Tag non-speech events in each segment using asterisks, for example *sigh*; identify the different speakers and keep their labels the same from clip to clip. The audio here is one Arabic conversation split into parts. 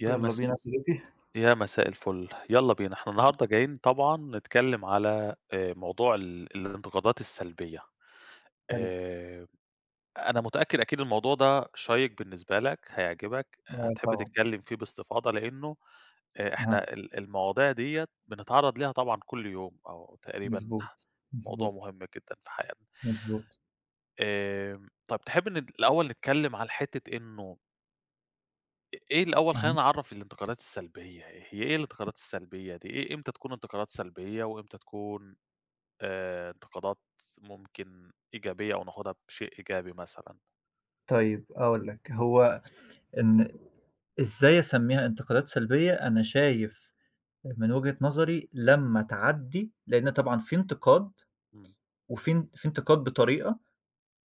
Speaker 1: يا
Speaker 2: يلا بينا
Speaker 1: مس
Speaker 2: يا صديقي.
Speaker 1: يا مساء الفل، يلا بينا، إحنا النهارده جايين طبعًا نتكلم على موضوع الانتقادات السلبية.
Speaker 2: حلو.
Speaker 1: آآ أنا متأكد أكيد الموضوع ده شيّق بالنسبة لك، هيعجبك،
Speaker 2: آه،
Speaker 1: هتحب
Speaker 2: طبعًا.
Speaker 1: تتكلم فيه باستفاضة لإنه
Speaker 2: أها.
Speaker 1: إحنا المواضيع ديّة بنتعرّض ليها طبعًا كل يوم أو تقريبًا،
Speaker 2: مضبوط،
Speaker 1: موضوع
Speaker 2: مضبوط،
Speaker 1: مهم جدًا في حياتنا.
Speaker 2: مضبوط.
Speaker 1: طَب تحب الأول نتكلم على حتّة إنه إيه الأول.
Speaker 2: أها.
Speaker 1: خلّينا نعرّف الانتقادات السلبية، هي إيه الانتقادات السلبية دي؟ إمتى تكون انتقادات سلبية، وإمتى تكون انتقادات ممكن إيجابية أو ناخدها بشيء إيجابي مثلًا؟
Speaker 2: طيب أقول لك هو إن إزاي أسميها انتقادات سلبية؟ أنا شايف من وجهة نظري
Speaker 1: إمم،
Speaker 2: لمّا تعدّي، لإن طبعًا في انتقاد،
Speaker 1: إمم.
Speaker 2: وفي ان في انتقاد بطريقة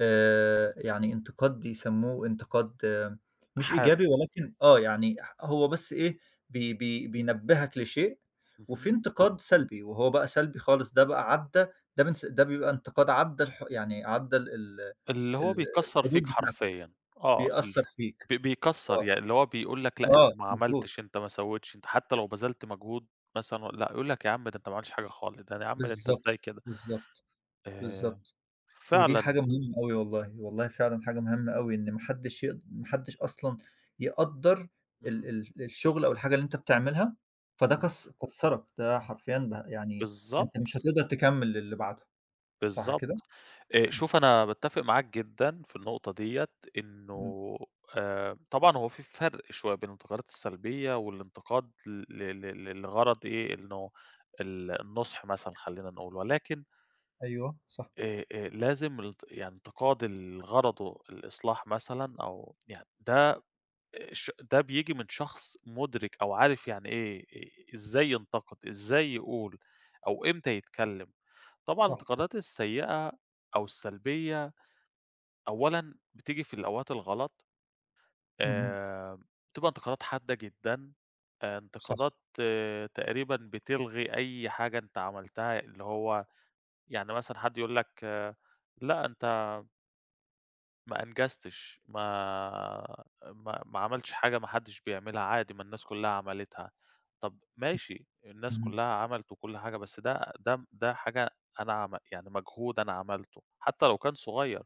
Speaker 2: يعني انتقاد يسموه انتقاد مش إيجابي،
Speaker 1: حاد.
Speaker 2: ولكن يعني هو بس إيه، بي بي بينبهك لشيء. وفي
Speaker 1: اهم.
Speaker 2: انتقاد سلبي، وهو بقى سلبي خالص، ده بقى عدّى، ده بيبقى انتقاد عدّى يعني عدّى ال ال
Speaker 1: اللي هو
Speaker 2: ال
Speaker 1: بيكسّر فيك
Speaker 2: الحدود بتاعتك،
Speaker 1: حرفيًا، آه. ال
Speaker 2: بيأثّر فيك.
Speaker 1: ب
Speaker 2: آه،
Speaker 1: بيكسّر يعني، اللي هو بيقول لك لأ أنت
Speaker 2: آه،
Speaker 1: ما عملتش،
Speaker 2: مضبوط.
Speaker 1: أنت ما سويتش، أنت حتى لو بذلت مجهود مثلًا، لأ يقول لك يا عم ده أنت ما عملتش حاجة خالص، ده يا عم ده أنت
Speaker 2: بالضبط،
Speaker 1: إزاي كده؟
Speaker 2: بالضبط،
Speaker 1: آآ
Speaker 2: بالضبط. ودي حاجة
Speaker 1: فعلًا.
Speaker 2: مهمة أوي والله، والله فعلًا حاجة مهمة أوي إن ما حدش ما حدش أصلًا يقدّر ال
Speaker 1: إمم،
Speaker 2: ال الشغل أو الحاجة اللي أنت بتعملها. فده
Speaker 1: إمم،
Speaker 2: كسّرك، ده حرفيًا، ده يعني أنت مش
Speaker 1: بالضبط،
Speaker 2: هتقدر تكمّل للي بعده. صح كده؟
Speaker 1: بالضبط.
Speaker 2: إمم،
Speaker 1: شوف، أنا باتّفق معاك جدًا في النقطة ديّة،
Speaker 2: إمم.
Speaker 1: إنه طبعًا هو في فرق شوية بين الانتقادات السلبية والانتقاد ل ل ل لغرض إيه، إنه النُصح مثلًا خلّينا نقول، ولكن
Speaker 2: أيوه، صح،
Speaker 1: لازم الانت يعني انتقاد، اللي غرضه الإصلاح مثلًا أو يعني ده ده بييجي من شخص مُدرِك أو عارف يعني إيه، إزاي ينتقد، إزاي يقول أو إمتى يتكلّم. طبعًا
Speaker 2: صح.
Speaker 1: الانتقادات السيئة أو السلبية أولًا بتيجي في الأوقات الغلط،
Speaker 2: اهم،
Speaker 1: آآ، بتبقى انتقادات حادة جدًا،
Speaker 2: صح،
Speaker 1: انتقادات تقريبًا بتلغي أي حاجة أنت عملتها، اللي هو يعني مثلًا حد يقول لك آه، لأ أنت ما أنجزتش، ما عملتش حاجة، ما حدش بيعملها، عادي، ما الناس كلها عملتها. طب
Speaker 2: صح.
Speaker 1: ماشي، الناس
Speaker 2: اهم،
Speaker 1: كلها عملت وكل حاجة، بس ده حاجة أنا يعني مجهود أنا عملته، حتى لو كان صغير.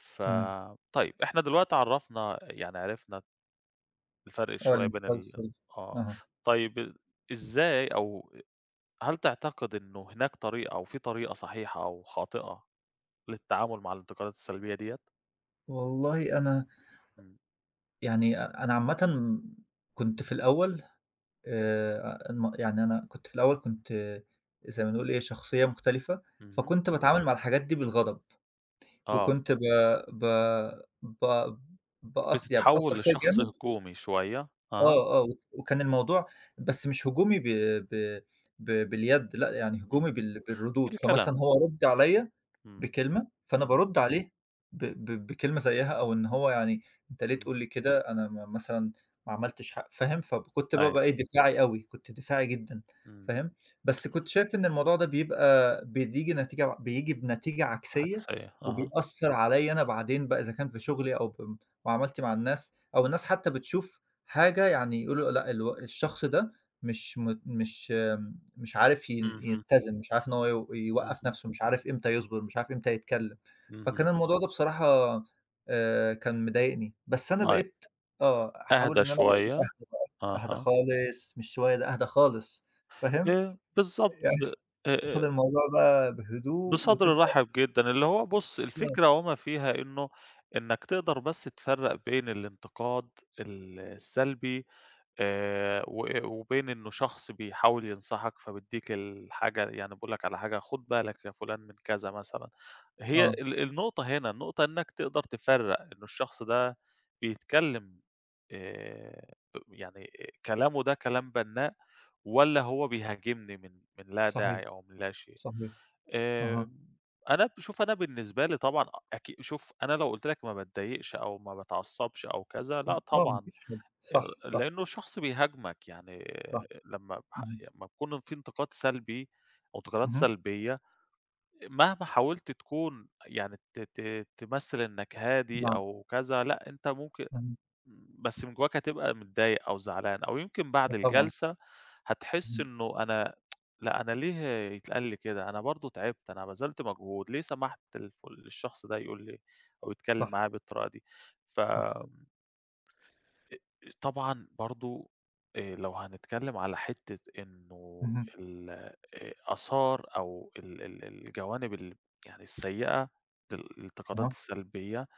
Speaker 1: ف
Speaker 2: تمام.
Speaker 1: طيب إحنا دلوقتي عرّفنا، يعني عرفنا الفرق
Speaker 2: آه،
Speaker 1: شوية بين
Speaker 2: الانتقال
Speaker 1: ال
Speaker 2: السلبي.
Speaker 1: آه.
Speaker 2: أها.
Speaker 1: طيب، إزاي أو هل تعتقد إنه هناك طريقة، أو في طريقة صحيحة أو خاطئة للتعامل مع الانتقادات السلبية ديّة؟
Speaker 2: والله أنا
Speaker 1: إمم.
Speaker 2: يعني، أنا عامةً كنت في الأول، يعني أنا كنت في الأول، كنت، زي ما نقول إيه، شخصية مختلفة.
Speaker 1: اهم.
Speaker 2: فكنت باتعامل مع الحاجات دي بالغضب،
Speaker 1: آه.
Speaker 2: وكنت ب ب ب باأث يعني بتأثّر
Speaker 1: بتتحوّل
Speaker 2: فيّا
Speaker 1: لشخص
Speaker 2: جامد.
Speaker 1: هجومي شوية. أها.
Speaker 2: آه، آه، وكان الموضوع، بس مش هجومي ب ب ب باليد لأ، يعني هجومي
Speaker 1: إمم.
Speaker 2: بالردود.
Speaker 1: الكلام.
Speaker 2: فمثلًا هو رَد عليَّ
Speaker 1: إمم.
Speaker 2: بكلمة، فأنا
Speaker 1: إمم.
Speaker 2: بارُد عليه ب ب بكلمة زيّها، أو إن هو يعني، أنت ليه
Speaker 1: إمم.
Speaker 2: تقول لي كده، أنا مثلًا ما عملتش فاهم؟ فكنت
Speaker 1: أيوه.
Speaker 2: بابقى إيه، دفاعي أوي، كنت دفاعي جدًا،
Speaker 1: إمم.
Speaker 2: فاهم؟ بس كنت شايف إن الموضوع ده بيبقى بتيجي نتيجة ع بييجي بنتيجة عكسية،
Speaker 1: عكسية. أها.
Speaker 2: وبيأثّر عليَّ أنا بعدين بقى، إذا كان في شغلي أو معاملتي مع الناس، أو الناس حتى بتشوف حاجة، يعني يقولوا لأ، الشخص ده مش، مش عارف
Speaker 1: اهم.
Speaker 2: يتّزن، مش عارف إن هو يوقّف
Speaker 1: اهم.
Speaker 2: نَفْسه، مش عارف إمتى يصبر، مش عارف إمتى يتكلّم. فكان
Speaker 1: اهم.
Speaker 2: الموضوع ده بصراحة كان مضايقني، بس أنا
Speaker 1: أيوه.
Speaker 2: بقيت، أحاول، إن
Speaker 1: أهدى
Speaker 2: أنا بقيت
Speaker 1: شوية.
Speaker 2: أهدى بقى، أهدى
Speaker 1: أها.
Speaker 2: خالص، مش شوية، ده أهدى خالص، فاهم؟
Speaker 1: بالضبط.
Speaker 2: يعني *laughs* آخُد
Speaker 1: آآ
Speaker 2: الموضوع بقى بهدوء
Speaker 1: بصدر
Speaker 2: وتبقى.
Speaker 1: رحب جدًا، اللي هو بُص الفكرة وما فيها، إنه إنك تقدر بس تفرّق بين الانتقاد السلبي و وبين إنه شخص بيحاول ينصحك، فبيدّيك الحاجة يعني بيقول لك على حاجة خُد بالك يا فلان من كذا مثلًا. هي
Speaker 2: آه،
Speaker 1: النقطة هنا، النقطة إنك تقدر تفرّق إنه الشخص ده بيتكلم، ب يعني كلامه ده كلام بنّاء، والّا هو بيهاجمني من لا
Speaker 2: صحيح،
Speaker 1: داعي أو من لا شيء.
Speaker 2: صحيح. أها.
Speaker 1: آمم. أنا، شوف، أنا بالنسبة لي طبعًا، شوف أنا لو قُلت لك ما باتضايقش أو ما باتعصّبش أو كذا، لأ
Speaker 2: آه، ما
Speaker 1: طبعًا،
Speaker 2: فيش حاجة، صح، صح.
Speaker 1: لإنه الشخص بيهاجمك يعني.
Speaker 2: صح،
Speaker 1: لمّا بح
Speaker 2: اهم،
Speaker 1: لمّا يكون في انتقاد سلبي أو انتقادات
Speaker 2: اهم،
Speaker 1: سلبية، مهما حاولت تكون، يعني ت ت تمثّل إنك هادي
Speaker 2: نعم،
Speaker 1: أو كذا، لأ. أنت ممكن
Speaker 2: اهم،
Speaker 1: إمم، بس من جواك هتبقى متضايق أو زعلان، أو يمكن بعد
Speaker 2: آه، طبعًا.
Speaker 1: الجلسة هتحس
Speaker 2: إمم،
Speaker 1: إنه أنا لأ، أنا ليه يتقال لي كده؟ أنا برضه تعبت، أنا بذلت مجهود، ليه سمحت للشخص ده يقول لي أو يتكلم
Speaker 2: صح،
Speaker 1: معايا بالطريقة دي؟
Speaker 2: صح.
Speaker 1: إمم. فطبعًا برضه لو هنتكلم على حتة إنه
Speaker 2: اهم،
Speaker 1: ال آثار أو ال الجوانب يعني السيئة الانتقادات
Speaker 2: أها،
Speaker 1: السلبية،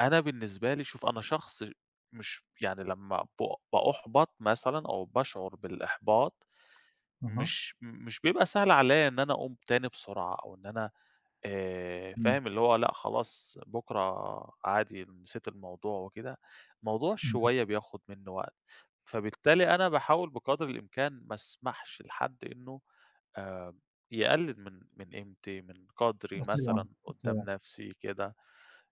Speaker 1: أنا بالنسبة لي، شوف أنا شخص مش يعني، لمّا بأُحبَط مثلًا أو باشعُر بالإحباط،
Speaker 2: أها،
Speaker 1: مش بيبقى سهل عليّا إن أنا أقوم تاني بسرعة، أو إن أنا
Speaker 2: إمم،
Speaker 1: فاهم، اللي هو لأ خلاص بُكرة عادي نسيت الموضوع وكده، الموضوع
Speaker 2: اهم.
Speaker 1: شوية بياخُد منّه وقت. فبالتالي أنا باحاول بقدر الإمكان ما أسمحش لحد إنه آآ يقلِّل من قيمتي، من قدْري
Speaker 2: آه، طبعًا،
Speaker 1: مثلًا قُدّام
Speaker 2: طبعًا،
Speaker 1: نَفْسي كده.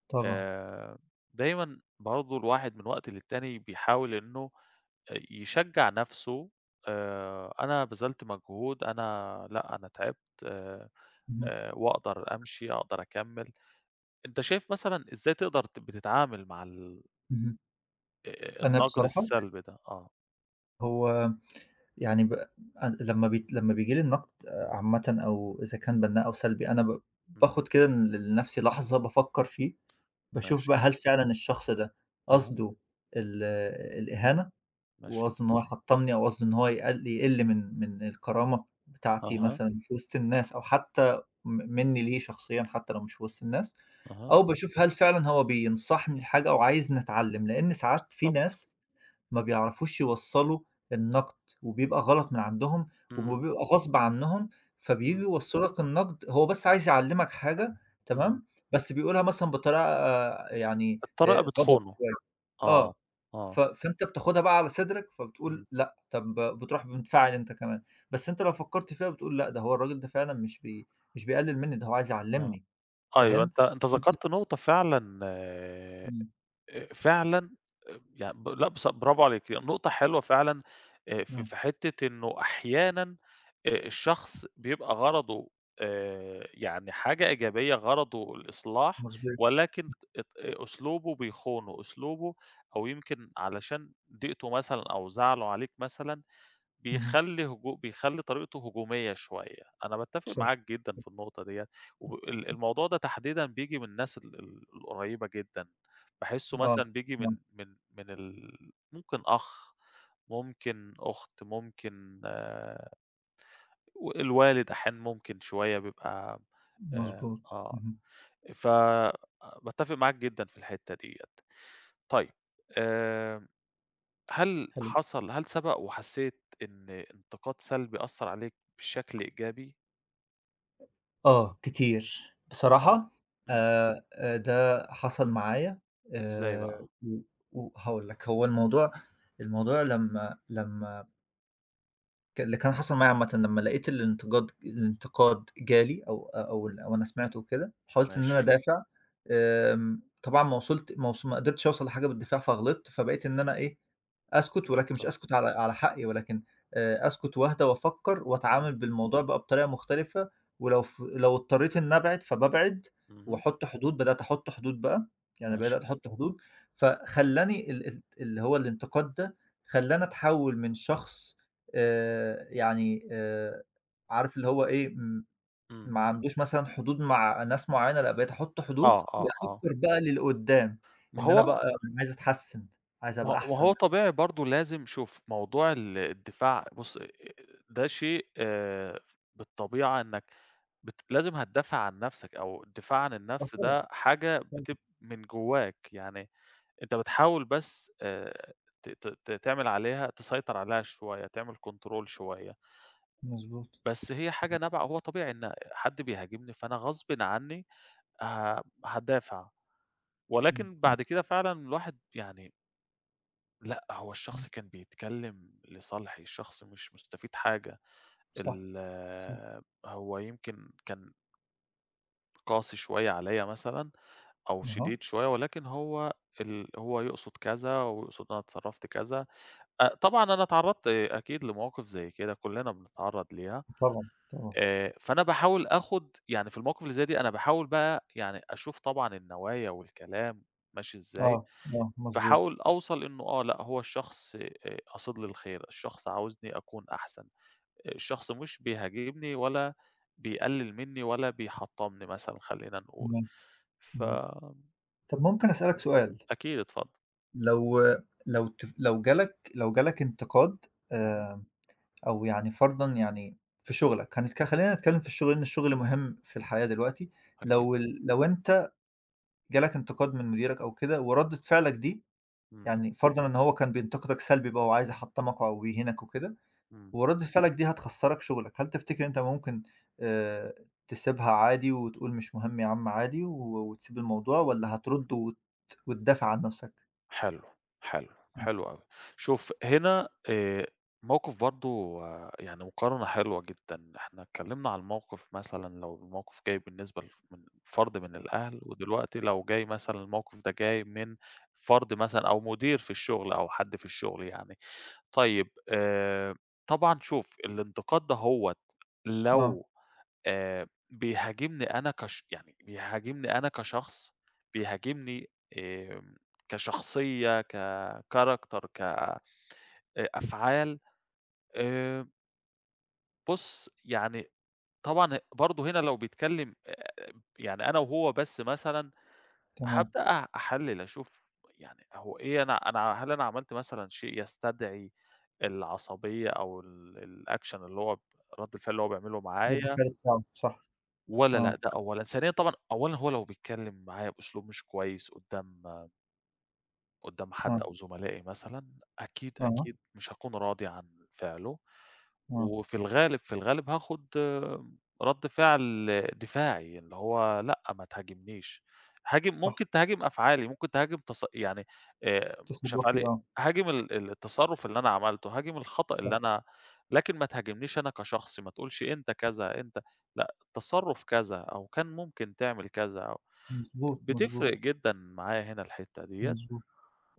Speaker 2: طبعًا.
Speaker 1: آآ، دايمًا برضه الواحد من وقت للتاني بيحاول إنه يشجّع نَفْسه. أنا بذلت مجهود، أنا لأ، أنا تعبت، آآ،
Speaker 2: اهم،
Speaker 1: وأقدر أمشي، أقدر أكمّل. أنت شايف مثلًا إزاي تقدر بتتعامل مع ال
Speaker 2: اهم. أنا
Speaker 1: النَقد
Speaker 2: بصراحة،
Speaker 1: السلبي ده؟ آه.
Speaker 2: هو يعني ب أن لمّا بييجي لي النقد، عامةً، أو إذا كان بناء أو سلبي، أنا
Speaker 1: إمم.
Speaker 2: باخد كده لنفسي لحظة، بافكّر فيه، باشوف بقى
Speaker 1: ماشي.
Speaker 2: هل فعلًا الشخص ده
Speaker 1: أها.
Speaker 2: قصده ال الإهانة،
Speaker 1: ماشي.
Speaker 2: وقصده إن هو يحطّمني، أو قصده إن هو يقل من الكرامة بتاعتي،
Speaker 1: أها.
Speaker 2: مثلًا في وسط الناس، أو حتى منّي ليه شخصيًا، حتى لو مش في وسط الناس.
Speaker 1: أها.
Speaker 2: أو باشوف هل فعلًا هو بينصحني لحاجة، أو عايزني أتعلّم، لإن ساعات في
Speaker 1: بالضبط.
Speaker 2: ناس ما بيعرفوش يوصّلوا النقد، وبيبقى غلط من عندهم،
Speaker 1: إمم.
Speaker 2: وبيبقى غصب عنّهم، فبييجوا
Speaker 1: إمم.
Speaker 2: يوصّلوا لك النقد، هو بس عايز يعلّمك حاجة،
Speaker 1: إمم.
Speaker 2: تمام، بس بيقولها مثلًا بطريقة يعني
Speaker 1: الطريقة
Speaker 2: غضب
Speaker 1: بتخونه.
Speaker 2: شوية.
Speaker 1: آه.
Speaker 2: آه،
Speaker 1: آه.
Speaker 2: فأنت بتاخدها بقى على صدرك،
Speaker 1: إمم.
Speaker 2: فبتقول لأ، طب بتروح منفعل أنت كمان، بس أنت لو فكّرت فيها بتقول لأ، ده هو الراجل ده فعلًا مش بيقلل منّي، ده هو عايز
Speaker 1: آه.
Speaker 2: يعلّمني،
Speaker 1: أيوه،
Speaker 2: فاهم؟
Speaker 1: أنت
Speaker 2: فأنت.
Speaker 1: ذكرت نقطة فعلًا،
Speaker 2: إمم،
Speaker 1: فعلًا يعني، لأ بص، برافو عليك، نقطة حلوة فعلًا، في
Speaker 2: إمم،
Speaker 1: حتة إنه أحيانًا الشخص بيبقى غرضه يعني حاجة إيجابية، غرضه الإصلاح،
Speaker 2: مضبوط،
Speaker 1: ولكن أسلوبه بيخونه. أسلوبه، أو يمكن علشان ضيقته مثلًا أو زعله عليك مثلًا،
Speaker 2: اهم،
Speaker 1: بيخلّي طريقته هجومية شوية. أنا باتّفق
Speaker 2: صح.
Speaker 1: معاك جدًا في النقطة ديّة. وب ال الموضوع ده تحديدًا بييجي من الناس ال القريّبة جدًا، باحسّه
Speaker 2: آه،
Speaker 1: مثلًا بييجي من
Speaker 2: آه،
Speaker 1: ممكن أخ، ممكن أخت، ممكن الوالد أحيانًا ممكن شوية بيبقى آآ
Speaker 2: مضبوط،
Speaker 1: آه،
Speaker 2: اهم،
Speaker 1: ف باتّفق معاك جدًا في الحتّة ديّة. طيب آآ هل
Speaker 2: حلو.
Speaker 1: حصل، سبق وحسيت إن انتقاد سلبي أثّر عليك بشكل إيجابي؟
Speaker 2: آه، كتير،
Speaker 1: آه.
Speaker 2: بصراحة.
Speaker 1: إمم.
Speaker 2: ده حصل معايا
Speaker 1: إزاي بقى؟
Speaker 2: آآ، و وهاقول لك، هو الموضوع، لمّا لمّا ك اللي كان حصل معايا عامةً، لمّا لقيت الانتقاد، جالي، أو أنا سمعته وكده، حاولت إن أنا
Speaker 1: ماشي.
Speaker 2: أدافع. طبعًا، ما وصلت ما وص ما قدرتش أوصل لحاجة بالدفاع فغلطت، فبقيت إن أنا إيه، أسكت، ولكن مش
Speaker 1: مضطر.
Speaker 2: أسكت على حقي، ولكن أسكت وأهدى وأفكّر
Speaker 1: إمم.
Speaker 2: وأتعامل بالموضوع بقى بطريقة مختلفة. ولو لو اضطريت إني أبعد، فبابعد
Speaker 1: اهم.
Speaker 2: وأحط حدود، بدأت أحط حدود بقى، يعني بدأت
Speaker 1: ماشي.
Speaker 2: أحط حدود. فخلّاني ال ال اللي هو الانتقاد ده، خلّاني أتحوّل من شخص يعني عارف اللي هو إيه،
Speaker 1: إمم.
Speaker 2: ما عندوش مثلًا حدود مع ناس معيّنة، لأ، بقيت أحُط حدود
Speaker 1: آه، آه،
Speaker 2: وأفكّر
Speaker 1: آه.
Speaker 2: بقى للقدّام،
Speaker 1: ما
Speaker 2: إن أنا
Speaker 1: هو
Speaker 2: بقى عايز أتحسّن، عايز
Speaker 1: ما
Speaker 2: أبقى
Speaker 1: هو ما هو
Speaker 2: أحسن.
Speaker 1: طبيعي برضه. لازم، شوف، موضوع الدفاع، بُص، ده شيء بالطبيعة، إنّك لازم هتدافع عن نَفْسك، أو الدفاع عن
Speaker 2: آه،
Speaker 1: النَفْس
Speaker 2: طبعًا،
Speaker 1: ده حاجة
Speaker 2: طبعًا،
Speaker 1: بتب من جوّاك يعني. أنت بتحاول بس ت ت ت تعمل عليها، تسيطر عليها شوية، تعمل control شوية.
Speaker 2: مضبوط.
Speaker 1: بس هي حاجة
Speaker 2: إمم،
Speaker 1: نابعة، هو طبيعي إن حد بيهاجمني فأنا غصبٍ عني ه هادافع.
Speaker 2: إمم،
Speaker 1: ولكن
Speaker 2: إمم،
Speaker 1: بعد كده فعلًا الواحد يعني لأ، هو
Speaker 2: إمم،
Speaker 1: الشخص كان بيتكلم لصالحي، الشخص مش مستفيد حاجة.
Speaker 2: صح،
Speaker 1: ال
Speaker 2: صح،
Speaker 1: هو يمكن كان قاسي شوية عليّا مثلًا أو
Speaker 2: أها،
Speaker 1: شديد شوية، ولكن هو، هو يقصد كذا، ويقصد أنا اتصرفت كذا. طبعًا أنا اتعرّضت أكيد لمواقف زي كده، كُلّنا بنتعرّض ليها.
Speaker 2: طبعًا، طبعًا،
Speaker 1: فأنا باحاول آخُد، يعني في المواقف اللي زي دي أنا باحاول بقى يعني أشوف طبعًا النوايا والكلام ماشي إزاي.
Speaker 2: آه، آه، مضبوط،
Speaker 1: باحاول أوصل إنه آه، لأ، هو الشخص قاصد لي الخير، الشخص عاوزني أكون أحسن، الشخص مش بيهاجمني ولا بيقلِّل منّي ولا بيحطّمني مثلًا، خلّينا نقول.
Speaker 2: تمام، اهم.
Speaker 1: إمم.
Speaker 2: طَب ممكن أسألك سؤال؟
Speaker 1: أكيد، اتفضل.
Speaker 2: لو لو جالك انتقاد
Speaker 1: اهم.
Speaker 2: آآ أو يعني فرضًا، يعني في شغلك، خلّينا نتكلم في الشغل لإن الشغل مهم في الحياة دلوقتي.
Speaker 1: أكيد.
Speaker 2: لو أنت جالك انتقاد من مديرك أو كده، وردة فعلك دي،
Speaker 1: إمم.
Speaker 2: يعني فرضًا إن هو كان بينتقدك سلبي بقى، وعايز يحطّمك أو بيهينك وكده،
Speaker 1: إمم.
Speaker 2: وردة فعلك دي هتخسّرك شغلك، هل تفتكر أنت ممكن آآ تسيبها عادي وتقول مش مهم يا عم عادي، وتسيب الموضوع، والّا هترُد وتدافع عن نَفْسك؟
Speaker 1: حلو، حلو، حلو أوي. شوف هنا موقف برضه، يعني مقارنة حلوة جدًا. إحنا اتكلّمنا على الموقف مثلًا لو الموقف جاي بالنسبة من فرد من الأهل، ودلوقتي لو جاي مثلًا الموقف ده جاي من فرد مثلًا أو مدير في الشغل أو حد في الشغل يعني. طيب طبعًا، شوف الانتقاد دهّوة إمم.
Speaker 2: آه،
Speaker 1: لو بيهاجمني أنا، كش يعني بيهاجمني أنا كشخص، بيهاجمني آمم كشخصية، كcharacter، ك أفعال. آآ بُص، يعني طبعًا برضه هنا لو بيتكلّم يعني أنا وهو بس مثلًا،
Speaker 2: تمام،
Speaker 1: هابدأ أحلِّل، أشوف يعني هو إيه، أنا، أنا هل أنا عملت مثلًا شيء يستدعي العصبية أو الaction اللي هو رَد الفعل اللي هو بيعمله
Speaker 2: رد
Speaker 1: معايا؟
Speaker 2: فعل صعب، صح.
Speaker 1: ولا لأ؟
Speaker 2: آه،
Speaker 1: ده أولًا. ثانيًا، طبعًا أولًا، هو لو بيتكلّم معايا بأسلوب مش كويس قدّام
Speaker 2: آه،
Speaker 1: حد أو زملائي مثلًا، أكيد،
Speaker 2: أها،
Speaker 1: أكيد مش هاكون راضي عن فعله.
Speaker 2: آه،
Speaker 1: وفي الغالب، في الغالب هاخد آه، رَد فعل دفاعي، اللي هو لأ، ما تهاجمنيش. هاجم،
Speaker 2: صح،
Speaker 1: ممكن تهاجم أفعالي، ممكن تهاجم، يعني مش
Speaker 2: تصرُّفي
Speaker 1: أفعالي.
Speaker 2: آه.
Speaker 1: هاجم ال التصرُّف اللي أنا عملته، هاجم الخطأ اللي أنا، لكن ما تهاجمنيش أنا كشخص، ما تقولش أنت كذا، أنت، لأ، التصرُّف كذا أو كان ممكن تعمل كذا. أو
Speaker 2: مضبوط،
Speaker 1: بتفرق
Speaker 2: مضبوط،
Speaker 1: جدًا معايا هنا الحتّة ديّة.
Speaker 2: مضبوط،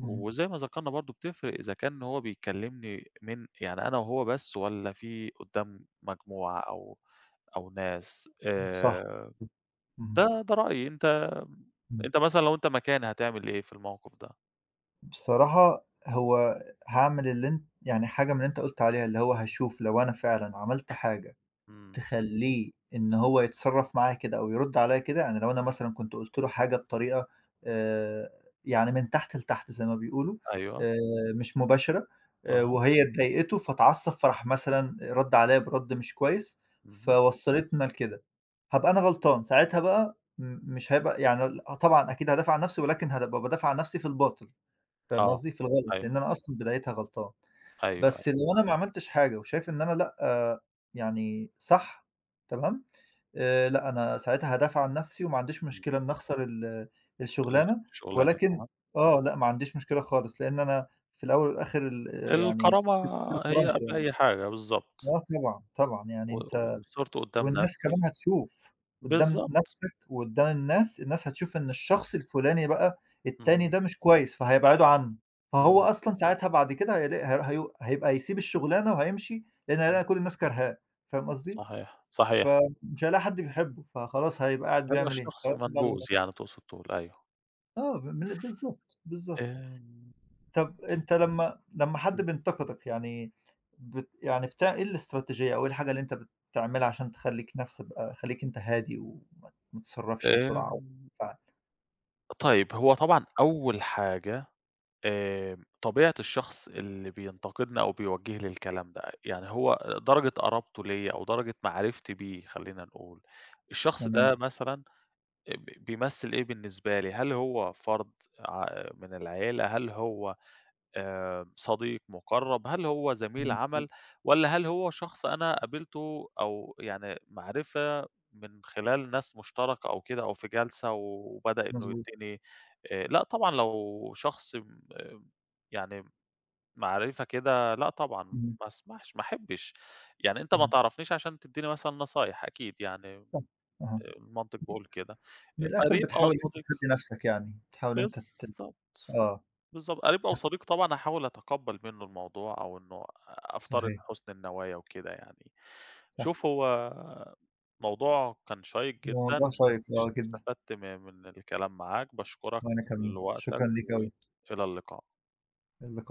Speaker 2: اهم،
Speaker 1: وزي ما ذكرنا برضه، بتفرق إذا كان هو بيكلّمني من، يعني أنا وهو بس، والّا في قدّام مجموعة أو أو ناس،
Speaker 2: صح، اهم،
Speaker 1: ده ده رأيي. أنت،
Speaker 2: إمم.
Speaker 1: أنت مثلًا لو أنت مكاني هتعمل إيه في الموقف ده؟
Speaker 2: بصراحة، هو هاعمل اللي أنت يعني حاجة من اللي أنت قُلت عليها، اللي هو هاشوف لو أنا فعلًا عملت حاجة
Speaker 1: إمم.
Speaker 2: تخلّيه إن هو يتصرّف معايا كده أو يرُد عليّا كده، يعني لو أنا مثلًا كنت قُلت له حاجة بطريقة آآ، يعني من تحت لتحت زي ما بيقولوا،
Speaker 1: أيوه.
Speaker 2: آآ، مش مباشرة
Speaker 1: أها.
Speaker 2: وهي اتضايقته فاتعصّب فراح مثلًا رَد عليّا برَد مش كويس،
Speaker 1: اهم.
Speaker 2: فوصّلتنا لكده، هابقى أنا غلطان. ساعتها بقى مش هيبقى، يعني ال آه طبعًا أكيد هادافع عن نَفْسي، ولكن هابقى بادافع عن نَفْسي في الباطل، فاهم
Speaker 1: آه.
Speaker 2: قصدي؟ في الغلط،
Speaker 1: أيوه،
Speaker 2: لإن أنا أصلًا بدايتها غلطان.
Speaker 1: أيوه، أيوه.
Speaker 2: بس لو أنا ما عملتش حاجة وشايف إن أنا لأ، يعني صح، تمام، لأ، أنا ساعتها هادافع عن نَفْسي، وما عنديش
Speaker 1: إمم.
Speaker 2: مشكلة إن أخسر الشُغلانة،
Speaker 1: الشغلانة،
Speaker 2: ولكن
Speaker 1: أها.
Speaker 2: لأ، ما عنديش مشكلة خالص، لإن أنا في الأول والآخِر، يعني الشخص
Speaker 1: الكرامة،
Speaker 2: بيشتري
Speaker 1: هي
Speaker 2: كرامته
Speaker 1: قبل
Speaker 2: يعني.
Speaker 1: أي حاجة بالضبط.
Speaker 2: آه، طبعًا، طبعًا، يعني
Speaker 1: و
Speaker 2: أنت
Speaker 1: وصِرت قدّام
Speaker 2: والناس
Speaker 1: نَفْسي.
Speaker 2: كمان هتشوف، قدّام
Speaker 1: بالضبط.
Speaker 2: نَفْسك وقدّام الناس، الناس هتشوف إن الشخص الفلاني بقى التاني
Speaker 1: إمم.
Speaker 2: ده مش كويس، فهيبعدوا عنّه، فهو
Speaker 1: إمم.
Speaker 2: أصلًا ساعتها بعد كده هيلاقي هير هيو هيبقى هيسيب الشغلانة وهيمشي، لإن
Speaker 1: إمم.
Speaker 2: هيلاقي كل الناس كارهاه، فاهم قصدي؟
Speaker 1: صحيح، صحيح.
Speaker 2: فمش هيلاقي حد بيحبه، فخلاص هيبقى قاعد
Speaker 1: هيبقى
Speaker 2: بيعمل إيه؟
Speaker 1: الشخص
Speaker 2: هياكل بعضه
Speaker 1: منبوذ
Speaker 2: ويمشي.
Speaker 1: يعني، تقصد تقول، أيوه.
Speaker 2: آه، ب من بالضبط، بالضبط.
Speaker 1: آمم.
Speaker 2: طب أنت لمّا حد
Speaker 1: إمم.
Speaker 2: بينتقدك يعني، يعني بتاع إيه الاستراتيجية، أو إيه الحاجة اللي أنت بتعملها عشان تخلّيك نفس بقى خلّيك أنت هادي، وما ما تتصرّفش
Speaker 1: آمم،
Speaker 2: بسرعة و ف
Speaker 1: طيب، هو طبعًا أول حاجة طبيعة الشخص اللي بينتقدنا أو بيوجه لي الكلام ده، يعني هو درجة قرابته ليّا أو درجة معرفتي بيه خلّينا نقول. الشخص
Speaker 2: تمام،
Speaker 1: ده مثلًا ب بيمثّل إيه بالنسبة لي؟ هل هو فرد ع من العيلة؟ هل هو صديق مُقرّب؟ هل هو زميل
Speaker 2: مضبوط،
Speaker 1: عمل، والّا هل هو شخص أنا قابلته، أو يعني معرفة من خلال ناس مشتركة أو كده، أو في جلسة وبدأ إنه
Speaker 2: مضبوط،
Speaker 1: يدّيني لأ طبعًا، لو شخص م يعني معرفة كده، لأ طبعًا
Speaker 2: إمم،
Speaker 1: ما اسمحش، ما احبّش. يعني أنت ما
Speaker 2: إمم،
Speaker 1: تعرفنيش عشان تدّيني مثلًا نصايح أكيد يعني،
Speaker 2: صح، أها.
Speaker 1: المنطق بيقول كده.
Speaker 2: من
Speaker 1: آه.
Speaker 2: الآخر
Speaker 1: قريب أو
Speaker 2: بتحاول إن أنت
Speaker 1: صديق،
Speaker 2: تهدّي نفسك يعني، بتحاول إن أنت
Speaker 1: بالضبط.
Speaker 2: آه،
Speaker 1: بالضبط، قريب أو
Speaker 2: صح،
Speaker 1: صديق طبعًا هاحاول أتقبّل منّه الموضوع، أو إنه أفترض
Speaker 2: صحيح،
Speaker 1: حُسن النوايا وكده يعني.
Speaker 2: صح.
Speaker 1: شوف، هو موضوع كان شيّق
Speaker 2: الموضوع
Speaker 1: جدًا،
Speaker 2: شيّق جدًا،
Speaker 1: استفدت من الكلام معاك. باشكرك
Speaker 2: وأنا كمان،
Speaker 1: لوقتك،
Speaker 2: شكرًا ليك
Speaker 1: وإلى اللقاء.
Speaker 2: أوي،